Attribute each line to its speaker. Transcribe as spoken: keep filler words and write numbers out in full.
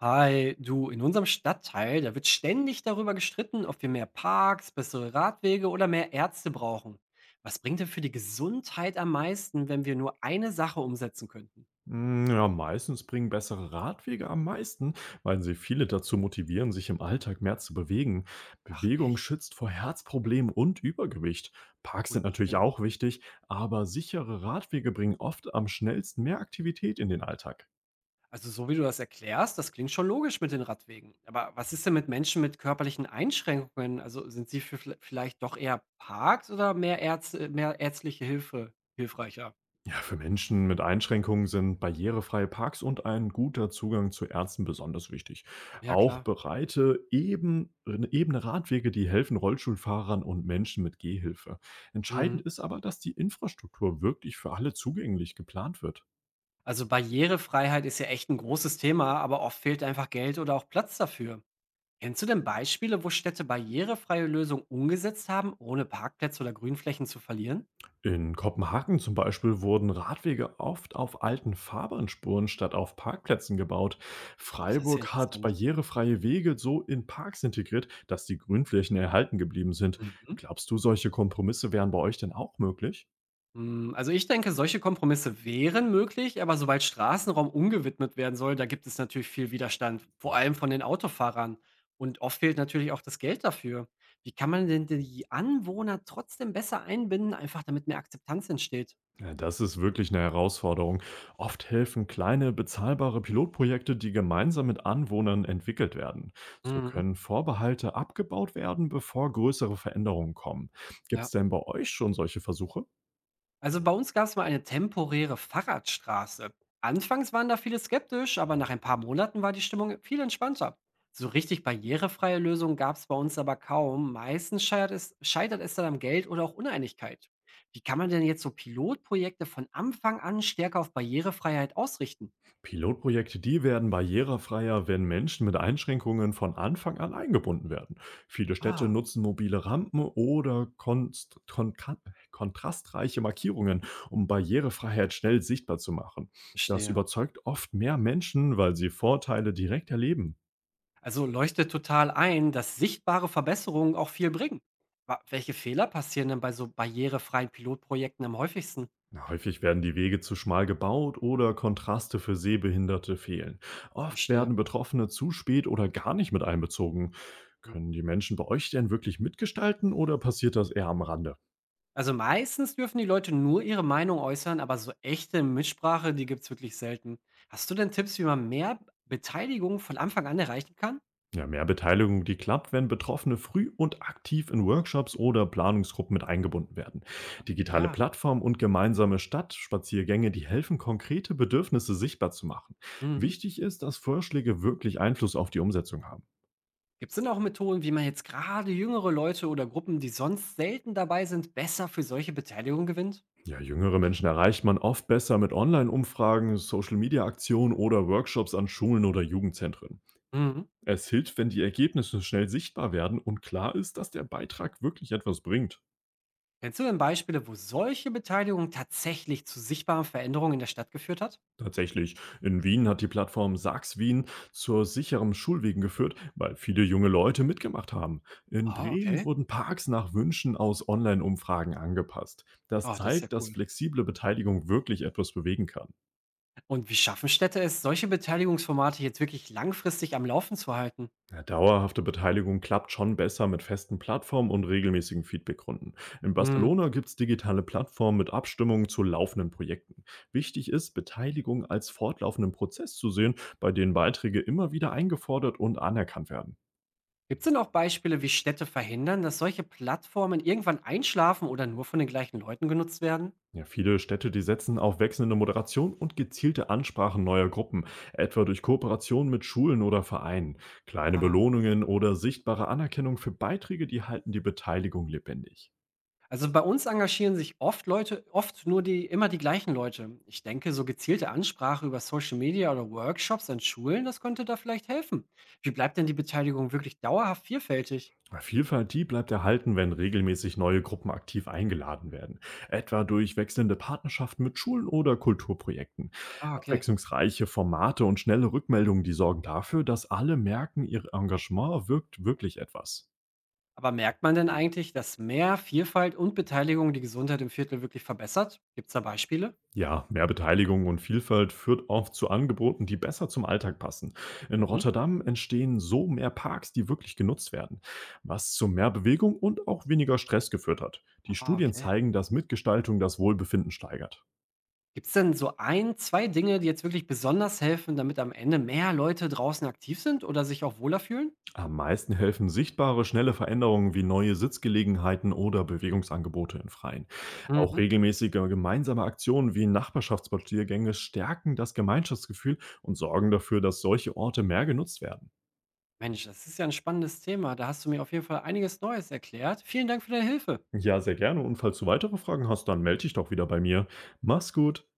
Speaker 1: Hi, du, in unserem Stadtteil, da wird ständig darüber gestritten, ob wir mehr Parks, bessere Radwege oder mehr Ärzte brauchen. Was bringt denn für die Gesundheit am meisten, wenn wir nur eine Sache umsetzen könnten?
Speaker 2: Hm, ja, meistens bringen bessere Radwege am meisten, weil sie viele dazu motivieren, sich im Alltag mehr zu bewegen.
Speaker 1: Ach
Speaker 2: Bewegung
Speaker 1: echt?
Speaker 2: schützt vor Herzproblemen und Übergewicht. Parks sind
Speaker 1: Gut, macht
Speaker 2: natürlich
Speaker 1: Sinn.
Speaker 2: auch wichtig, aber sichere Radwege bringen oft am schnellsten mehr Aktivität in den Alltag.
Speaker 1: Also so wie du das erklärst, das klingt schon logisch mit den Radwegen. Aber was ist denn mit Menschen mit körperlichen Einschränkungen? Also sind sie für vle- vielleicht doch eher Parks oder mehr Ärzte, mehr ärztliche Hilfe hilfreicher?
Speaker 2: Ja, für Menschen mit Einschränkungen sind barrierefreie Parks und ein guter Zugang zu Ärzten besonders wichtig.
Speaker 1: Ja,
Speaker 2: Auch
Speaker 1: klar.
Speaker 2: breite, eben, ebene Radwege, die helfen Rollstuhlfahrern und Menschen mit Gehhilfe. Entscheidend
Speaker 1: Mhm.
Speaker 2: ist aber, dass die Infrastruktur wirklich für alle zugänglich geplant wird.
Speaker 1: Also Barrierefreiheit ist ja echt ein großes Thema, aber oft fehlt einfach Geld oder auch Platz dafür. Kennst du denn Beispiele, wo Städte barrierefreie Lösungen umgesetzt haben, ohne Parkplätze oder Grünflächen zu verlieren?
Speaker 2: In Kopenhagen zum Beispiel wurden Radwege oft auf alten Fahrbahnspuren statt auf Parkplätzen gebaut.
Speaker 1: Ah, das ist ja
Speaker 2: Freiburg hat
Speaker 1: interessant.
Speaker 2: barrierefreie Wege so in Parks integriert, dass die Grünflächen erhalten geblieben sind.
Speaker 1: Mhm.
Speaker 2: Glaubst du, solche Kompromisse wären bei euch denn auch möglich?
Speaker 1: Mm, Also ich denke, solche Kompromisse wären möglich, aber sobald Straßenraum umgewidmet werden soll, da gibt es natürlich viel Widerstand, vor allem von den Autofahrern. Und oft fehlt natürlich auch das Geld dafür. Wie kann man denn die Anwohner trotzdem besser einbinden, einfach damit mehr Akzeptanz entsteht?
Speaker 2: Ja, das ist wirklich eine Herausforderung. Oft helfen kleine, bezahlbare Pilotprojekte, die gemeinsam mit Anwohnern entwickelt werden. So
Speaker 1: Mhm.
Speaker 2: können Vorbehalte abgebaut werden, bevor größere Veränderungen kommen. Gibt
Speaker 1: Ja.
Speaker 2: es denn bei euch schon solche Versuche?
Speaker 1: Also bei uns gab es mal eine temporäre Fahrradstraße. Anfangs waren da viele skeptisch, aber nach ein paar Monaten war die Stimmung viel entspannter. So richtig barrierefreie Lösungen gab es bei uns aber kaum. Meistens scheitert es, scheitert es dann am Geld oder auch Uneinigkeit. Wie kann man denn jetzt so Pilotprojekte von Anfang an stärker auf Barrierefreiheit ausrichten?
Speaker 2: Pilotprojekte, die werden barrierefreier, wenn Menschen mit Einschränkungen von Anfang an eingebunden werden. Viele Städte
Speaker 1: Ah,
Speaker 2: nutzen mobile Rampen oder konst kontra- kontrastreiche Markierungen, um Barrierefreiheit schnell sichtbar zu machen. Das
Speaker 1: verstehe.
Speaker 2: überzeugt oft mehr Menschen, weil sie Vorteile direkt erleben.
Speaker 1: Also leuchtet total ein, dass sichtbare Verbesserungen auch viel bringen. Wa- Welche Fehler passieren denn bei so barrierefreien Pilotprojekten am häufigsten?
Speaker 2: Na, häufig werden die Wege zu schmal gebaut oder Kontraste für Sehbehinderte fehlen. Oft
Speaker 1: Verstehe.
Speaker 2: werden Betroffene zu spät oder gar nicht mit einbezogen. Können die Menschen bei euch denn wirklich mitgestalten oder passiert das eher am Rande?
Speaker 1: Also meistens dürfen die Leute nur ihre Meinung äußern, aber so echte Mitsprache, die gibt's wirklich selten. Hast du denn Tipps, wie man mehr Beteiligung von Anfang an erreichen kann?
Speaker 2: Ja, mehr Beteiligung, die klappt, wenn Betroffene früh und aktiv in Workshops oder Planungsgruppen mit eingebunden werden. Digitale
Speaker 1: Ja.
Speaker 2: Plattformen und gemeinsame Stadtspaziergänge, die helfen, konkrete Bedürfnisse sichtbar zu machen.
Speaker 1: Mhm.
Speaker 2: Wichtig ist, dass Vorschläge wirklich Einfluss auf die Umsetzung haben.
Speaker 1: Gibt's denn auch Methoden, wie man jetzt gerade jüngere Leute oder Gruppen, die sonst selten dabei sind, besser für solche Beteiligung gewinnt?
Speaker 2: Ja, jüngere Menschen erreicht man oft besser mit Online-Umfragen, Social-Media-Aktionen oder Workshops an Schulen oder Jugendzentren.
Speaker 1: Mhm.
Speaker 2: Es hilft, wenn die Ergebnisse schnell sichtbar werden und klar ist, dass der Beitrag wirklich etwas bringt.
Speaker 1: Kennst du denn Beispiele, wo solche Beteiligung tatsächlich zu sichtbaren Veränderungen in der Stadt geführt hat?
Speaker 2: Tatsächlich, in Wien hat die Plattform Sachs Wien zu sicheren Schulwegen geführt, weil viele junge Leute mitgemacht haben. In
Speaker 1: Ah,
Speaker 2: Bremen
Speaker 1: okay.
Speaker 2: wurden Parks nach Wünschen aus Online-Umfragen angepasst. Das
Speaker 1: Oh, das ist ja
Speaker 2: zeigt, dass
Speaker 1: cool.
Speaker 2: flexible Beteiligung wirklich etwas bewegen kann.
Speaker 1: Und wie schaffen Städte es, solche Beteiligungsformate jetzt wirklich langfristig am Laufen zu halten?
Speaker 2: Ja, dauerhafte Beteiligung klappt schon besser mit festen Plattformen und regelmäßigen Feedbackrunden. In
Speaker 1: Mhm.
Speaker 2: Barcelona gibt es digitale Plattformen mit Abstimmungen zu laufenden Projekten. Wichtig ist, Beteiligung als fortlaufenden Prozess zu sehen, bei denen Beiträge immer wieder eingefordert und anerkannt werden.
Speaker 1: Gibt es denn auch Beispiele, wie Städte verhindern, dass solche Plattformen irgendwann einschlafen oder nur von den gleichen Leuten genutzt werden?
Speaker 2: Ja, viele Städte, die setzen auf wechselnde Moderation und gezielte Ansprachen neuer Gruppen, etwa durch Kooperation mit Schulen oder Vereinen. Kleine
Speaker 1: Ah.
Speaker 2: Belohnungen oder sichtbare Anerkennung für Beiträge, die halten die Beteiligung lebendig.
Speaker 1: Also bei uns engagieren sich oft Leute, oft nur die, immer die gleichen Leute. Ich denke, so gezielte Ansprache über Social Media oder Workshops an Schulen, das könnte da vielleicht helfen. Wie bleibt denn die Beteiligung wirklich dauerhaft vielfältig?
Speaker 2: Vielfalt, die bleibt erhalten, wenn regelmäßig neue Gruppen aktiv eingeladen werden, etwa durch wechselnde Partnerschaften mit Schulen oder Kulturprojekten.
Speaker 1: Ah, okay.
Speaker 2: Abwechslungsreiche Formate und schnelle Rückmeldungen, die sorgen dafür, dass alle merken, ihr Engagement wirkt wirklich etwas.
Speaker 1: Aber merkt man denn eigentlich, dass mehr Vielfalt und Beteiligung die Gesundheit im Viertel wirklich verbessert? Gibt es da Beispiele?
Speaker 2: Ja, mehr Beteiligung und Vielfalt führt oft zu Angeboten, die besser zum Alltag passen. In
Speaker 1: Mhm.
Speaker 2: Rotterdam entstehen so mehr Parks, die wirklich genutzt werden, was zu mehr Bewegung und auch weniger Stress geführt hat. Die
Speaker 1: Ah,
Speaker 2: Studien
Speaker 1: okay.
Speaker 2: zeigen, dass Mitgestaltung das Wohlbefinden steigert.
Speaker 1: Gibt es denn so ein, zwei Dinge, die jetzt wirklich besonders helfen, damit am Ende mehr Leute draußen aktiv sind oder sich auch wohler fühlen?
Speaker 2: Am meisten helfen sichtbare, schnelle Veränderungen wie neue Sitzgelegenheiten oder Bewegungsangebote im Freien. Auch
Speaker 1: Mhm.
Speaker 2: regelmäßige gemeinsame Aktionen wie Nachbarschaftsspaziergänge stärken das Gemeinschaftsgefühl und sorgen dafür, dass solche Orte mehr genutzt werden.
Speaker 1: Mensch, das ist ja ein spannendes Thema. Da hast du mir auf jeden Fall einiges Neues erklärt. Vielen Dank für deine Hilfe.
Speaker 2: Ja, sehr gerne. Und falls du weitere Fragen hast, dann melde dich doch wieder bei mir. Mach's gut.